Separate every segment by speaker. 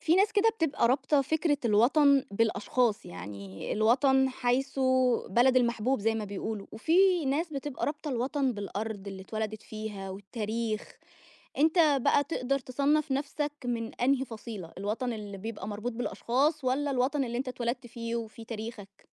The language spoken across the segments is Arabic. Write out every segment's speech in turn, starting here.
Speaker 1: في ناس كده بتبقى رابطة فكرة الوطن بالأشخاص، يعني الوطن حيث بلد المحبوب زي ما بيقولوا، وفي ناس بتبقى رابطة الوطن بالأرض اللي اتولدت فيها والتاريخ، أنت بقى تقدر تصنّف نَفْسك من أنهي فصيلة، الوطن اللي بيبقى مربوط بالأشخاص والّا الوطن اللي أنت اتولدت فيه وفيه تاريخك؟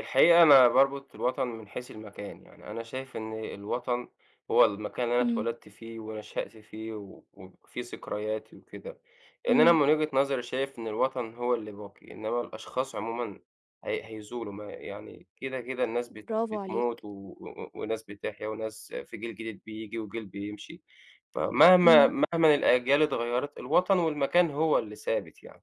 Speaker 2: الحقيقة أنا باربط الوطن من حيث المكان، يعني أنا شايف إن الوطن هو المكان اللي أنا
Speaker 1: إمم،
Speaker 2: اتولدت فيه ونشأت فيه وفيه ذكرياتي وكده، لإن أنا
Speaker 1: إمم،
Speaker 2: من وجهة نظري شايف إن الوطن هو اللي باقي، إنما الأشخاص عمومًا هي هيزولوا ما يعني كده، كده الناس
Speaker 1: برافو
Speaker 2: بتموت
Speaker 1: عليك،
Speaker 2: و و وناس بتحيا وناس في جيل جديد بييجي وجيل بيمشي، فمهما
Speaker 1: إمم.
Speaker 2: مهما الأجيال اتغيّرت الوطن والمكان هو اللي ثابت يعني،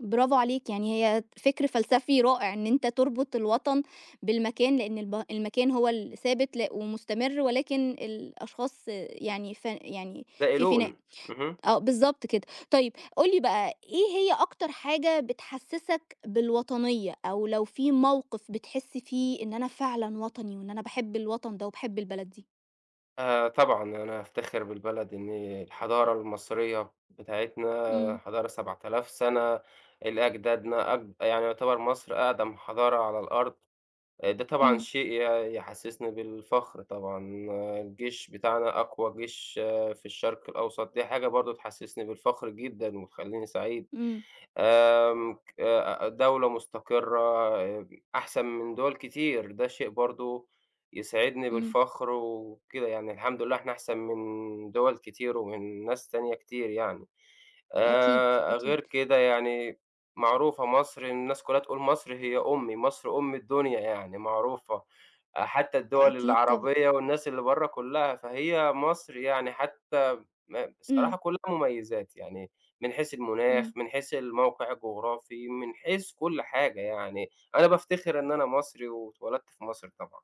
Speaker 1: برافو عليك، يعني هي فكر فلسفي رائع إن أنت تربط الوطن بالمكان، لإن المكان هو الثابت ومستمر ولكن الأشخاص يعني ف يعني
Speaker 2: زي
Speaker 1: في فناء.
Speaker 2: لون. اهم.
Speaker 1: آه، بالضبط كده. طيب قُل لي بقى إيه هي أكتر حاجة بتحسّسك بالوطنية، أو لو في موقف بتحس فيه إن أنا فعلًا وطني وإن أنا باحب الوطن ده وباحب البلد دي؟
Speaker 2: طبعًا، أنا أفتخر بالبلد إن الحضارة المصرية بتاعتنا
Speaker 1: إمم،
Speaker 2: حضارة 7000 سنة، لأجدادنا يعني يعتبر مصر أقدم حضارة على الأرض، ده طبعًا
Speaker 1: إمم،
Speaker 2: شيء يحسسني بالفخر طبعًا، آه، الجيش بتاعنا أقوى جيش آه، في الشرق الأوسط، دي حاجة برضه تحسسني بالفخر جدًا وتخلّيني سعيد.
Speaker 1: إمم،
Speaker 2: آمم ك دولة مستقرة، آه، أحسن من دول كتير، ده شيء برضه يسعدني
Speaker 1: إمم،
Speaker 2: بالفخر وكده يعني، الحمد لله إحنا أحسن من دول كتير ومن ناس تانية كتير يعني.
Speaker 1: أكيد،
Speaker 2: غير
Speaker 1: أكيد،
Speaker 2: كده يعني معروفة مصر الناس كلّها تقول مصر هي أمي، مصر أم الدنيا يعني معروفة، حتى الدول
Speaker 1: أكيد طبعًا.
Speaker 2: العربية والناس اللي برّه كلّها، فهي مصر يعني حتى
Speaker 1: إمم،
Speaker 2: بصراحة كلّها مميزات، يعني من حيث المناخ،
Speaker 1: إمم.
Speaker 2: من حيث الموقع الجغرافي، من حيث كل حاجة يعني، أنا بافتخر إن أنا مصري واتولدت في مصر طبعًا،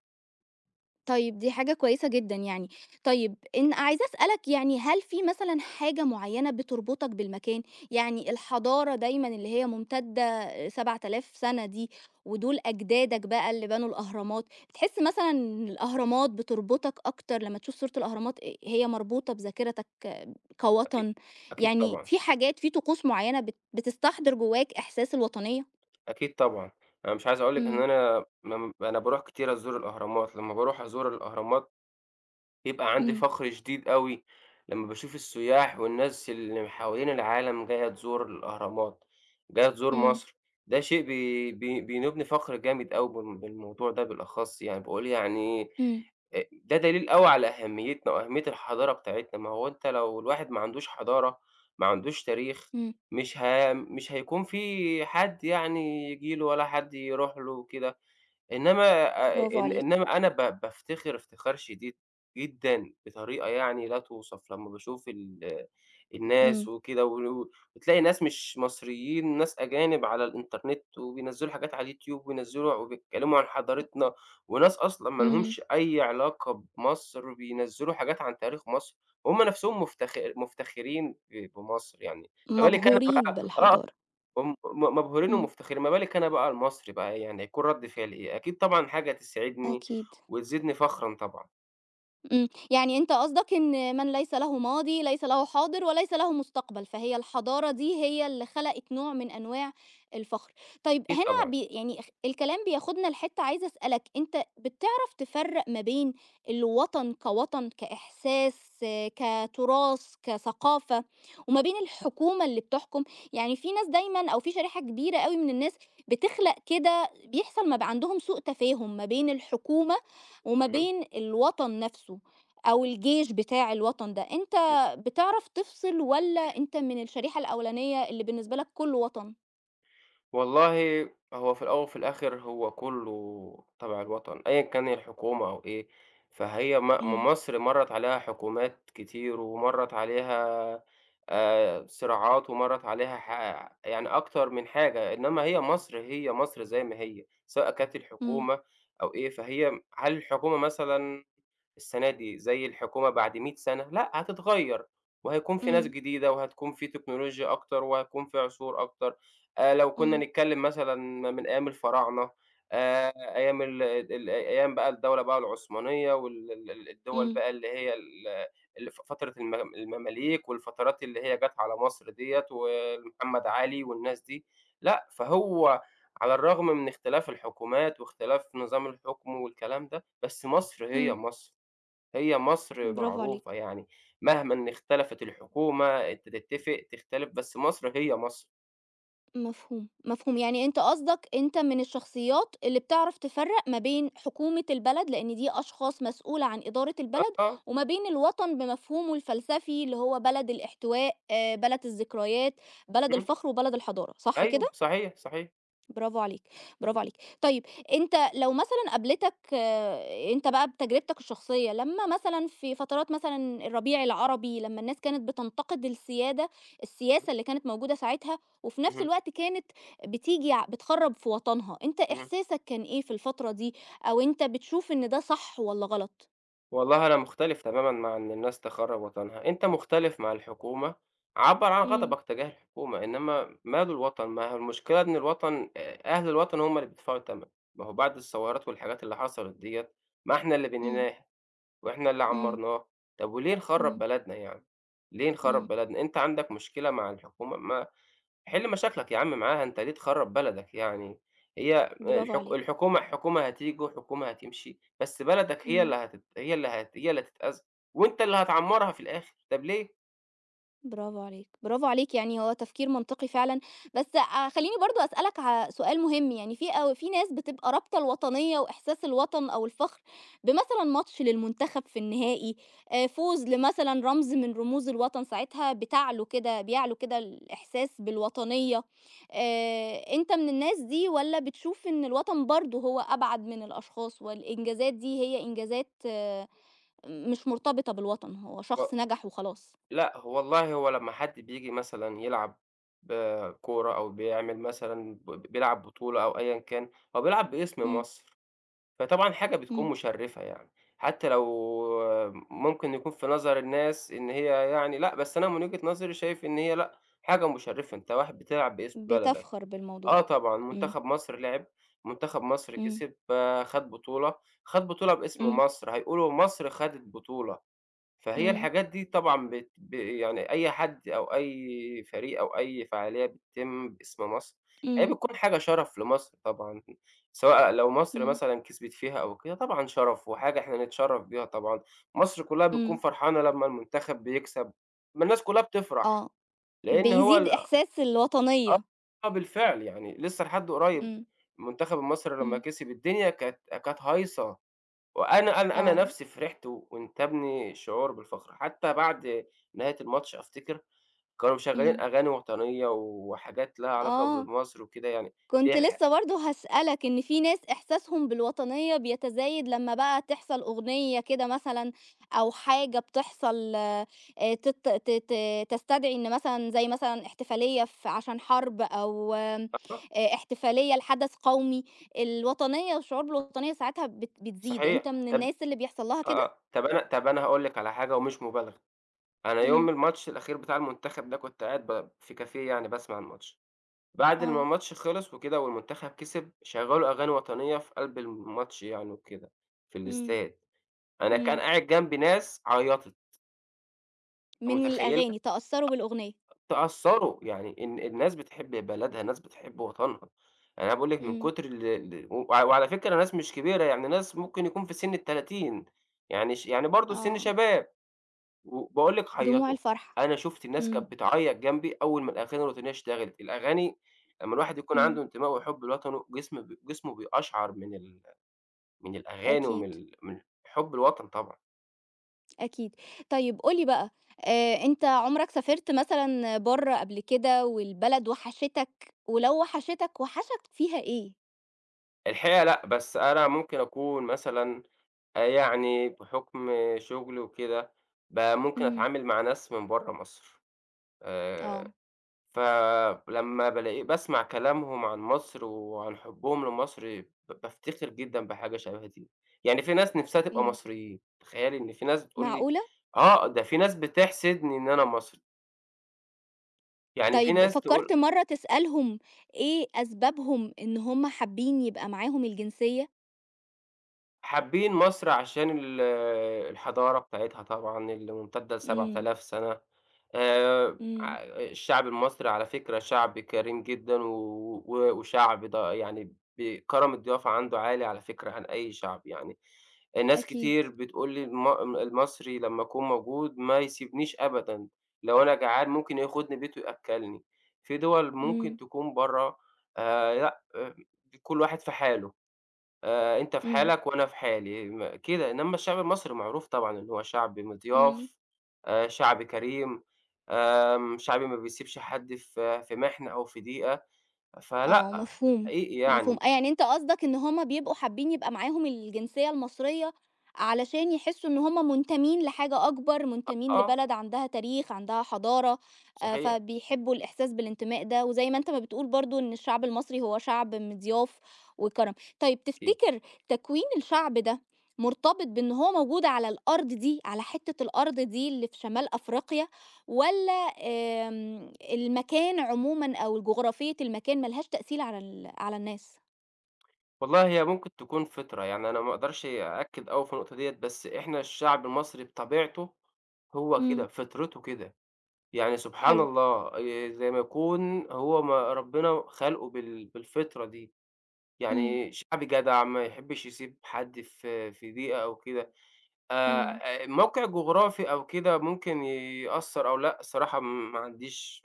Speaker 1: طيب دي حاجة كويسة جدًا يعني. طيب إن عايزة أسألك يعني هل في مثلًا حاجة معيّنة بتربطك بالمكان؟ يعني الحضارة دايمًا اللي هي ممتدة 7000 سَنة دي، ودول أجدادك بقى اللي بنوا الأهرامات، بتحس مثلًا إن الأهرامات بتربطك أكتر لمّا تشوف صورة الأهرامات هي مربوطة بذاكرتك
Speaker 2: أكيد.
Speaker 1: كوطن؟
Speaker 2: أكيد
Speaker 1: يعني
Speaker 2: طبعًا،
Speaker 1: في حاجات، في طقوس معيّنة بتستحضر جواك إحساس الوطنية؟
Speaker 2: أكيد طبعًا، أنا مش عايز أقول لِك إن
Speaker 1: إمم،
Speaker 2: أنا باروح كتير أزور الأهرامات، لمّا باروح أزور الأهرامات بيبقى عندي
Speaker 1: إمم،
Speaker 2: فخر شديد أوي لمّا باشوف السياح والناس اللي حوالين العالم جاية تزور الأهرامات، جاية تزور
Speaker 1: إمم،
Speaker 2: مصر، ده شيء بي بي بينوبني فخر جامد أوي بالموضوع ده بالأخص يعني، باقول يعني
Speaker 1: إمم،
Speaker 2: ده دليل أوي على أهميتنا وأهمية الحضارة بتاعتنا، ما هو أنت لو الواحد ما عندوش حضارة، ما عندوش تاريخ،
Speaker 1: إمم،
Speaker 2: مش هيكون في حد يعني ييجي له ولا حد يروح له وكده. إنما
Speaker 1: برافو
Speaker 2: إن
Speaker 1: عليك.
Speaker 2: إنما أنا بافتخر افتخار شديد جدًا بطريقة يعني لا توصف لمّا باشوف الناس
Speaker 1: إمم،
Speaker 2: وكده. وتلاقي ناس مش مصريين، ناس أجانب على الإنترنت وبينزّلوا حاجات على اليوتيوب وينزّلوا وبيتكلموا عن حضارتنا، وناس أصلًا ما
Speaker 1: إمم.
Speaker 2: لهمش أي علاقة بمصر بينزّلوا حاجات عن تاريخ مصر، وهُم نَفْسهم مفتخرين بمصر يعني، ما بالِك أنا
Speaker 1: مبهورين
Speaker 2: بقى آه،
Speaker 1: بالحضارة،
Speaker 2: هم م مبهورين
Speaker 1: إمم.
Speaker 2: ومفتخرين، ما بالِك أنا بقى المصري بقى إيه؟ يعني هيكون رَد فعلي إيه؟ أكيد طبعًا حاجة تسعدني
Speaker 1: أكيد.
Speaker 2: وتزيدني فخرًا طبعًا،
Speaker 1: إمم، يعني أنت قصدك إن من ليس له ماضي ليس له حاضر وليس له مستقبل، فهي الحضارة دي هي اللي خلقت نوع من أنواع الفخر. طيب
Speaker 2: أكيد
Speaker 1: هنا
Speaker 2: طبعًا.
Speaker 1: يعني الكلام بياخدنا لحتّة عايزة أسألك، أنت بتعرف تفرّق ما بين الوطن كوطن، كإحساس، كتراث، كثقافة، وما بين الحكومة اللي بتحكم؟ يعني في ناس دايمًا أو في شريحة كبيرة أوي من الناس بتخلق كده بيحصل ما ب عندهم سوء تفاهم ما بين الحكومة وما
Speaker 2: اهم،
Speaker 1: بين الوطن نفسه أو الجيش بتاع الوطن ده، أنت
Speaker 2: إمم.
Speaker 1: بتعرف تفصل والّا أنت من الشريحة الأولانية اللي بالنسبة لك كُلّه وطن؟
Speaker 2: والله هو في الأول وفي الآخر هو كُلّه تبع الوطن، أيًا كان الحكومة أو إيه، فهي م م
Speaker 1: إمم،
Speaker 2: مصر مرّت عليها حكومات كتير ومرّت عليها صراعات ومرّت عليها يعني أكتر من حاجة، إنّما هي مصر، هي مصر زي ما هي، سواء كانت
Speaker 1: إمم،
Speaker 2: الحكومة أو إيه، فهي هل الحكومة مثلًا السنة دي زي الحكومة بعد 100 سنة، لأ هتتغيّر، وهيكون في ناس
Speaker 1: إمم،
Speaker 2: جديدة، وهتكون في تكنولوجيا أكتر، وهيكون في عصور أكتر. لو كنا
Speaker 1: إمم،
Speaker 2: نتكلّم مثلًا من أيام الفراعنة، أيام ال ال أيام بقى الدولة بقى العثمانية وال ال ال الدول
Speaker 1: إمم،
Speaker 2: بقى اللي هي اللي فترة المماليك، والفترات اللي هي جات على مصر ديّة، ومحمد علي والناس دي، لأ فهو على الرغم من اختلاف الحكومات، واختلاف نظام الحكم والكلام ده، بس مصر هي
Speaker 1: إمم،
Speaker 2: مصر. هي مصر
Speaker 1: برافو
Speaker 2: معروفة
Speaker 1: عليك،
Speaker 2: يعني، مهمًا إن اختلفت الحكومة، أنت تتفق، تختلف، بس مصر هي مصر.
Speaker 1: مفهوم، مفهوم، يعني أنت قصدك أنت من الشخصيات اللي بتعرف تفرّق ما بين حكومة البلد، لإن دي أشخاص مسؤولة عن إدارة
Speaker 2: آه،
Speaker 1: البلد،
Speaker 2: آه،
Speaker 1: وما بين الوطن بمفهومه الفلسفي اللي هو بلد الاحتواء، بلد الذكريات، بلد
Speaker 2: إمم،
Speaker 1: الفخر، وبلد الحضارة، صح
Speaker 2: أيوه
Speaker 1: كده؟
Speaker 2: صحيح، صحيح.
Speaker 1: برافو عليك، برافو عليك. طيب أنت لو مثلًا قابلتك أنت بقى بتجربتك الشخصية، لمّا مثلًا في فترات مثلًا الربيع العربي، لمّا الناس كانت بتنتقد
Speaker 2: إمم،
Speaker 1: السياسة اللي كانت موجودة ساعتها، وفي نفس
Speaker 2: اهم،
Speaker 1: الوقت كانت بتيجي ع بتخرّب في وطنها، أنت
Speaker 2: اهم.
Speaker 1: إحساسك كان إيه في الفترة دي، أو أنت بتشوف إن ده صح والّا غلط؟
Speaker 2: والله أنا مختلف تمامًا مع إن الناس تخرّب وطنها، أنت مختلف مع الحكومة، عبّر عن
Speaker 1: إمم،
Speaker 2: غضبك تجاه الحكومة، إنما ماله الوطن؟ ما هو المشكلة إن الوطن، أهل الوطن هم اللي بيدفعوا التمن، ما هو بعد الثورات والحاجات اللي حصلت ديّة، ما إحنا اللي
Speaker 1: إمم،
Speaker 2: بنيناها. وإحنا اللي
Speaker 1: إمم،
Speaker 2: عمّرناه، طب وليه نخرّب
Speaker 1: إمم،
Speaker 2: بلدنا يعني، ليه نخرّب
Speaker 1: إمم،
Speaker 2: بلدنا؟ أنت عندك مشكلة مع الحكومة ما حِل مشاكلك يا عم معاها، أنت ليه تخرّب بلدك يعني؟ هي
Speaker 1: برافو عليك.
Speaker 2: الحكومة حكومة هتيجي وحكومة هتمشي، بس بلدك
Speaker 1: إمم.
Speaker 2: هي اللي هتتأذى، وأنت اللي هتعمّرها في الآخر، طب ليه؟
Speaker 1: برافو عليك، برافو عليك، يعني هو تفكير منطقي فعلًا، بس خلّيني برضه أسألك على سؤال مهم، يعني في ناس بتبقى رابطة الوطنية وإحساس الوطن أو الفخر بمثلًا ماتش للمنتخب في النهائي، فوز لمثلًا رمز من رموز الوطن، ساعتها بتعلو كده بيعلو كده الإحساس بالوطنية، أنت من الناس دي والّا بتشوف إن الوطن برضه هو أبعد من الأشخاص والإنجازات دي هي إنجازات مش مرتبطة بالوطن، هو
Speaker 2: و
Speaker 1: شخص نجح وخلاص؟
Speaker 2: لأ، هو والله هو لمّا حد بييجي مثلًا يلعب ب كورة أو بيعمل مثلًا بيلعب بطولة أو أيًا كان، هو بيلعب باسم
Speaker 1: إمم،
Speaker 2: مصر. فطبعًا حاجة بتكون
Speaker 1: إمم.
Speaker 2: مُشرِّفة يعني، حتى لو ممكن يكون في نظر الناس إن هي يعني لأ، بس أنا من وجهة نظري شايف إن هي لأ، حاجة مُشرِّفة، أنت واحد بتلعب باسم بلدك.
Speaker 1: بتفخر
Speaker 2: آه
Speaker 1: بالموضوع.
Speaker 2: طبعًا،
Speaker 1: إمم،
Speaker 2: منتخب مصر لعب، منتخب مصر
Speaker 1: إمم،
Speaker 2: كسب، آه، خَد بطولة، خَد بطولة باسم
Speaker 1: إمم،
Speaker 2: مصر، هيقولوا مصر خدت بطولة. فهي
Speaker 1: إمم،
Speaker 2: الحاجات دي طبعًا بت ب يعني أي حد أو أي فريق أو أي فعالية بتتم باسم مصر، هي
Speaker 1: إمم،
Speaker 2: بتكون حاجة شرف لمصر طبعًا، سواء لو مصر
Speaker 1: إمم،
Speaker 2: مثلًا كسبت فيها أو كده طبعًا شرف وحاجة إحنا نتشرف بيها طبعًا، مصر كلها بتكون
Speaker 1: إمم،
Speaker 2: فرحانة لمّا المنتخب بيكسب، ما الناس كلها بتفرح،
Speaker 1: آه،
Speaker 2: لإن هو
Speaker 1: بيزيد
Speaker 2: ال
Speaker 1: إحساس الوطنية.
Speaker 2: آه بالفعل يعني لسه لحد قريب
Speaker 1: إمم،
Speaker 2: المنتخب المصري لمّا
Speaker 1: إمم،
Speaker 2: كسب الدنيا كانت هايصة. وأنا أنا أنا
Speaker 1: آه،
Speaker 2: نَفْسي فرحت وانتابني شعور بالفخر، حتى بعد نهاية الماتش أفتكر كانوا مشغّلين
Speaker 1: إمم،
Speaker 2: أغاني وطنية وحاجات لها علاقة
Speaker 1: آه.
Speaker 2: بمصر وكده يعني
Speaker 1: كنت
Speaker 2: هي
Speaker 1: لسه برضه هاسألك إن في ناس إحساسهم بالوطنية بيتزايد لمّا بقى تحصل أغنية كده مثلًا أو حاجة بتحصل تت ت ت تستدعي إن مثلًا زي مثلًا احتفالية عشان حرب أو آمم
Speaker 2: آه،
Speaker 1: احتفالية لحدث قومي، الوطنية والشعور بالوطنية ساعتها بتزيد، أنت
Speaker 2: صحيح.
Speaker 1: من
Speaker 2: طَب
Speaker 1: الناس اللي بيحصل لها
Speaker 2: آه،
Speaker 1: كده؟
Speaker 2: آه، طَب أنا هاقول لِك على حاجة ومش مبالغة، أنا يوم
Speaker 1: إمم،
Speaker 2: الماتش الأخير بتاع المنتخب ده كنت قاعد في كافيه يعني باسمع الماتش، بعد ما
Speaker 1: آه،
Speaker 2: الماتش خلص وكده والمنتخب كسب، شغّلوا أغاني وطنية في قلب الماتش يعني وكده في
Speaker 1: إمم،
Speaker 2: الاستاد، أنا كان
Speaker 1: إمم،
Speaker 2: قاعد جنبي ناس عيّطت، أنتِ
Speaker 1: من
Speaker 2: متخيّلة؟
Speaker 1: الأغاني، تأثّروا بالأغنية،
Speaker 2: تأثّروا، يعني الناس بتحب بلدها، الناس بتحب وطنها، يعني أنا باقول لِك من
Speaker 1: إمم،
Speaker 2: كتر ال ال وع وعلى فكرة ناس مش كبيرة، يعني ناس ممكن يكون في سِن ال30 يعني يعني برضه السِن
Speaker 1: آه،
Speaker 2: شباب، وباقول لِك
Speaker 1: دموع
Speaker 2: خيّطوا،
Speaker 1: الفرحة،
Speaker 2: أنا شُفت الناس
Speaker 1: إمم،
Speaker 2: كانت بتعيّط جنبي أول ما الأغاني الوطنية اشتغلت، الأغاني لمّا الواحد يكون
Speaker 1: إمم،
Speaker 2: عنده انتماء وحُب لوطنه، جسمه بيقشعر من من الأغاني ومن
Speaker 1: أكيد.
Speaker 2: من حُب الوطن طبعًا.
Speaker 1: أكيد. طيب قُل لي بقى، أنت عُمرك سافرت مثلًا برّه قبل كده والبلد وحشتك؟ ولو وحشتك، وحشك فيها إيه؟
Speaker 2: الحقيقة لأ، بس أنا ممكن أكون مثلًا يعني بحُكم شُغلي وكده، ممكن
Speaker 1: إمم،
Speaker 2: أتعامل مع ناس من برّه مصر، آآ
Speaker 1: آه،
Speaker 2: فلمّا بالاقي باسمع كلامهم عن مصر وعن حُبّهم لمصر، بافتخر جدًا بحاجة شبه دي، يعني في ناس نِفْسها تبقى
Speaker 1: إمم،
Speaker 2: مصريين، تخيّلي إن في ناس بتقول لي
Speaker 1: معقولة؟
Speaker 2: آه، ده في ناس بتحسدني إن أنا مصري، يعني في
Speaker 1: طيب
Speaker 2: ناس تقول
Speaker 1: فكّرت مرّة تسألهم إيه أسبابهم إن هم حابين يبقى معاهم الجنسية؟
Speaker 2: حابين مصر عشان الحضارة بتاعتها طبعًا اللي ممتدة
Speaker 1: إمم،
Speaker 2: ل7000 سَنة.
Speaker 1: إمم،
Speaker 2: ع الشعب المصري على فكرة شعب كريم جدًا و وشعب يعني كرم الضيافة عنده عالي على فكرة عن أي شعب يعني. ناس
Speaker 1: أكيد،
Speaker 2: كتير بتقول لي المصري لمّا أكون موجود ما يسيبنيش أبدًا، لو أنا جعان ممكن ياخدني بيته يأكّلني. في دول ممكن
Speaker 1: إمم،
Speaker 2: تكون برّه لأ، كل واحد في حاله. أنت في
Speaker 1: إمم،
Speaker 2: حالك وأنا في حالي، كده. إنّما الشعب المصري معروف طبعًا إن هو شعب
Speaker 1: إمم.
Speaker 2: مضياف، شعب كريم، شعب ما بيسيبش حد في محنة أو في ضيقة،
Speaker 1: آه،
Speaker 2: فلأ،
Speaker 1: مفهوم،
Speaker 2: حقيقي
Speaker 1: مفهوم.
Speaker 2: يعني.
Speaker 1: آه، يعني أنت قصدك إن هم بيبقوا حابين يبقى معاهم الجنسية المصرية علشان يحسّوا إن هم منتمين لحاجة أكبر، منتمين
Speaker 2: آه،
Speaker 1: لبلد عندها تاريخ، عندها حضارة،
Speaker 2: صحيح،
Speaker 1: فبيحبّوا الإحساس بالانتماء ده، وزي ما أنت ما بتقول برضه إن الشعب المصري هو شعب مضياف وكرم. طيب
Speaker 2: أكيد.
Speaker 1: تفتكر تكوين الشعب ده مرتبط بإن هو موجود على الأرض دي، على حتّة الأرض دي اللي في شمال أفريقيا والّا المكان عمومًا أو جغرافية المكان ما لهاش تأثير على على الناس.
Speaker 2: والله هي ممكن تكون فطرة، يعني أنا ما أقدرش أأكد أوي في النقطة ديّة، بس إحنا الشعب المصري بطبيعته هو
Speaker 1: إمم،
Speaker 2: كده، فطرته كده. يعني سبحان
Speaker 1: حلو،
Speaker 2: الله، زي ما يكون هو ما ربنا خلقه بالفطرة دي.
Speaker 1: إمم،
Speaker 2: يعني شعبي جدع، ما يحبّش يسيب حد في ضيقة أو كده.
Speaker 1: إمم.
Speaker 2: موقع جغرافي أو كده ممكن يأثّر أو لأ، الصراحة ما عنديش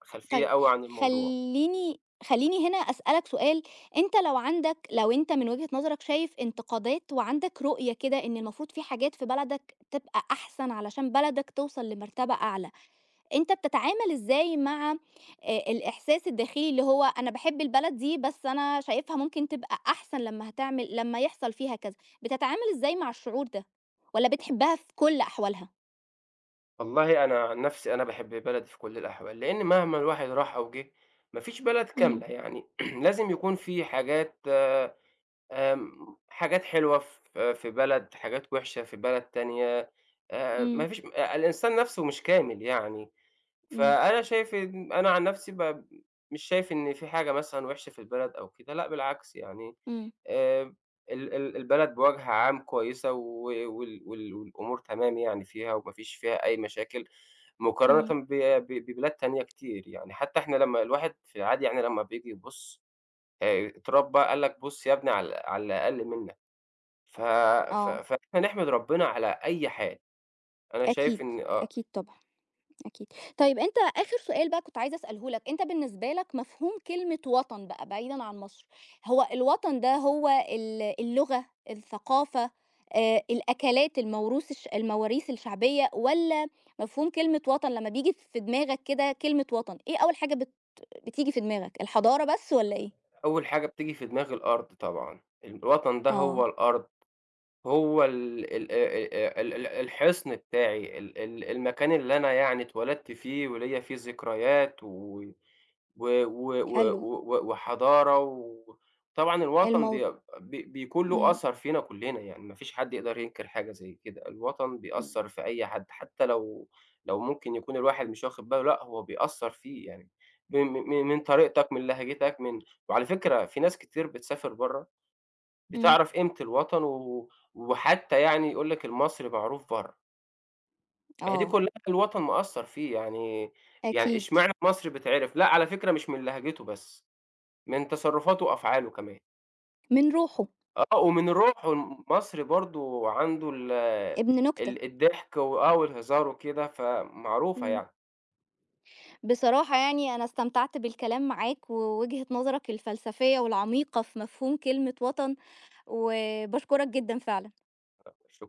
Speaker 2: خلفية
Speaker 1: طيب
Speaker 2: أوي عن الموضوع.
Speaker 1: خلّيني خلّيني هنا أسألك سؤال، أنت لو أنت من وجهة نظرك شايف انتقادات وعندك رؤية كده إن المفروض في حاجات في بلدك تبقى أحسن علشان بلدك توصل لمرتبة أعلى. أنت بتتعامل إزاي مع الإحساس الداخلي اللي هو أنا باحب البلد دي، بس أنا شايفها ممكن تبقى أحسن لمّا يحصل فيها كذا، بتتعامل إزاي مع الشعور ده؟ والّا بتحبها في كل أحوالها؟
Speaker 2: والله أنا عن نَفْسي أنا باحب بلدي في كل الأحوال، لإن مهما الواحد راح أو جِه، ما فيش بلد
Speaker 1: إمم،
Speaker 2: كاملة يعني لازم يكون في حاجات حاجات حلوة في بلد، حاجات وِحشة في بلد تانية،
Speaker 1: إمم،
Speaker 2: ما فيش الإنسان نَفْسه مش كامل يعني.
Speaker 1: إمم،
Speaker 2: فأنا شايف إن أنا عن نفسي مش شايف إن في حاجة مثلًا وِحشة في البلد أو كده، لأ بالعكس يعني
Speaker 1: إمم،
Speaker 2: آآ ال ال البلد بوجه عام كويسة و والأمور تمام يعني فيها وما فيش فيها أي مشاكل
Speaker 1: إمم،
Speaker 2: مقارنةً ب ب ببلاد تانية كتير، يعني حتى إحنا لمّا الواحد في العادي يعني لمّا بييجي يبُص اتربّى قال لك بُص يا ابني على على الأقل منّك، ف ف
Speaker 1: آه،
Speaker 2: فإحنا نحمد ربنا على أي حال، أنا شايف
Speaker 1: أكيد،
Speaker 2: إن آه.
Speaker 1: أكيد طبعًا. أكيد. طيب أنت آخر سؤال بقى كنت عايزة أسأله لك، أنت بالنسبة لك مفهوم كلمة وطن بقى بعيدًا عن مصر، هو الوطن ده هو اللغة، الثقافة، الأكلات، الموروث الش المواريث الشعبية، والّا مفهوم كلمة وطن لمّا بييجي في دماغك كده كلمة وطن، إيه أول حاجة بتيجي في دماغك، الحضارة بس والّا إيه؟
Speaker 2: أول حاجة بتيجي في دماغي الأرض طبعًا، الوطن ده هو
Speaker 1: آه،
Speaker 2: الأرض. هو ال ال ال ال الحِصن بتاعي، ال ال المكان اللي أنا يعني اتولدت فيه وليّا فيه ذكريات و و و و
Speaker 1: حلو.
Speaker 2: و وحضارة و طبعًا الوطن
Speaker 1: المو
Speaker 2: بي بي بيكون له
Speaker 1: إمم،
Speaker 2: أثر فينا كُلّنا، يعني ما فيش حد يقدر ينكر حاجة زي كده، الوطن
Speaker 1: إمم،
Speaker 2: بيأثّر في أي حد، حتى لو لو ممكن يكون الواحد مش واخد باله، لأ هو بيأثّر فيه يعني، م م م من طريقتك، من لهجتك، من وعلى فكرة في ناس كتير بتسافر برّه
Speaker 1: إمم،
Speaker 2: بتعرف قيمة الوطن وحتى يعني يقول لك المصري معروف برّه، ما هي دي
Speaker 1: آه،
Speaker 2: كلها الوطن مأثّر فيه، يعني يعني
Speaker 1: أكيد.
Speaker 2: إشمعنى المصري بيتعرف؟ لأ على فكرة مش من لهجته بس، من تصرفاته وأفعاله كمان،
Speaker 1: من روحه،
Speaker 2: آه ومن روحه، المصري برضه عنده
Speaker 1: ابن نكتة.
Speaker 2: ال الضحك و آه والهزار وكده، فمعروفة
Speaker 1: إمم.
Speaker 2: يعني.
Speaker 1: بصراحة يعني أنا استمتعت بالكلام معاك ووجهة نظرك الفلسفية والعميقة في مفهوم كلمة وطن وبشكرك جدا فعلا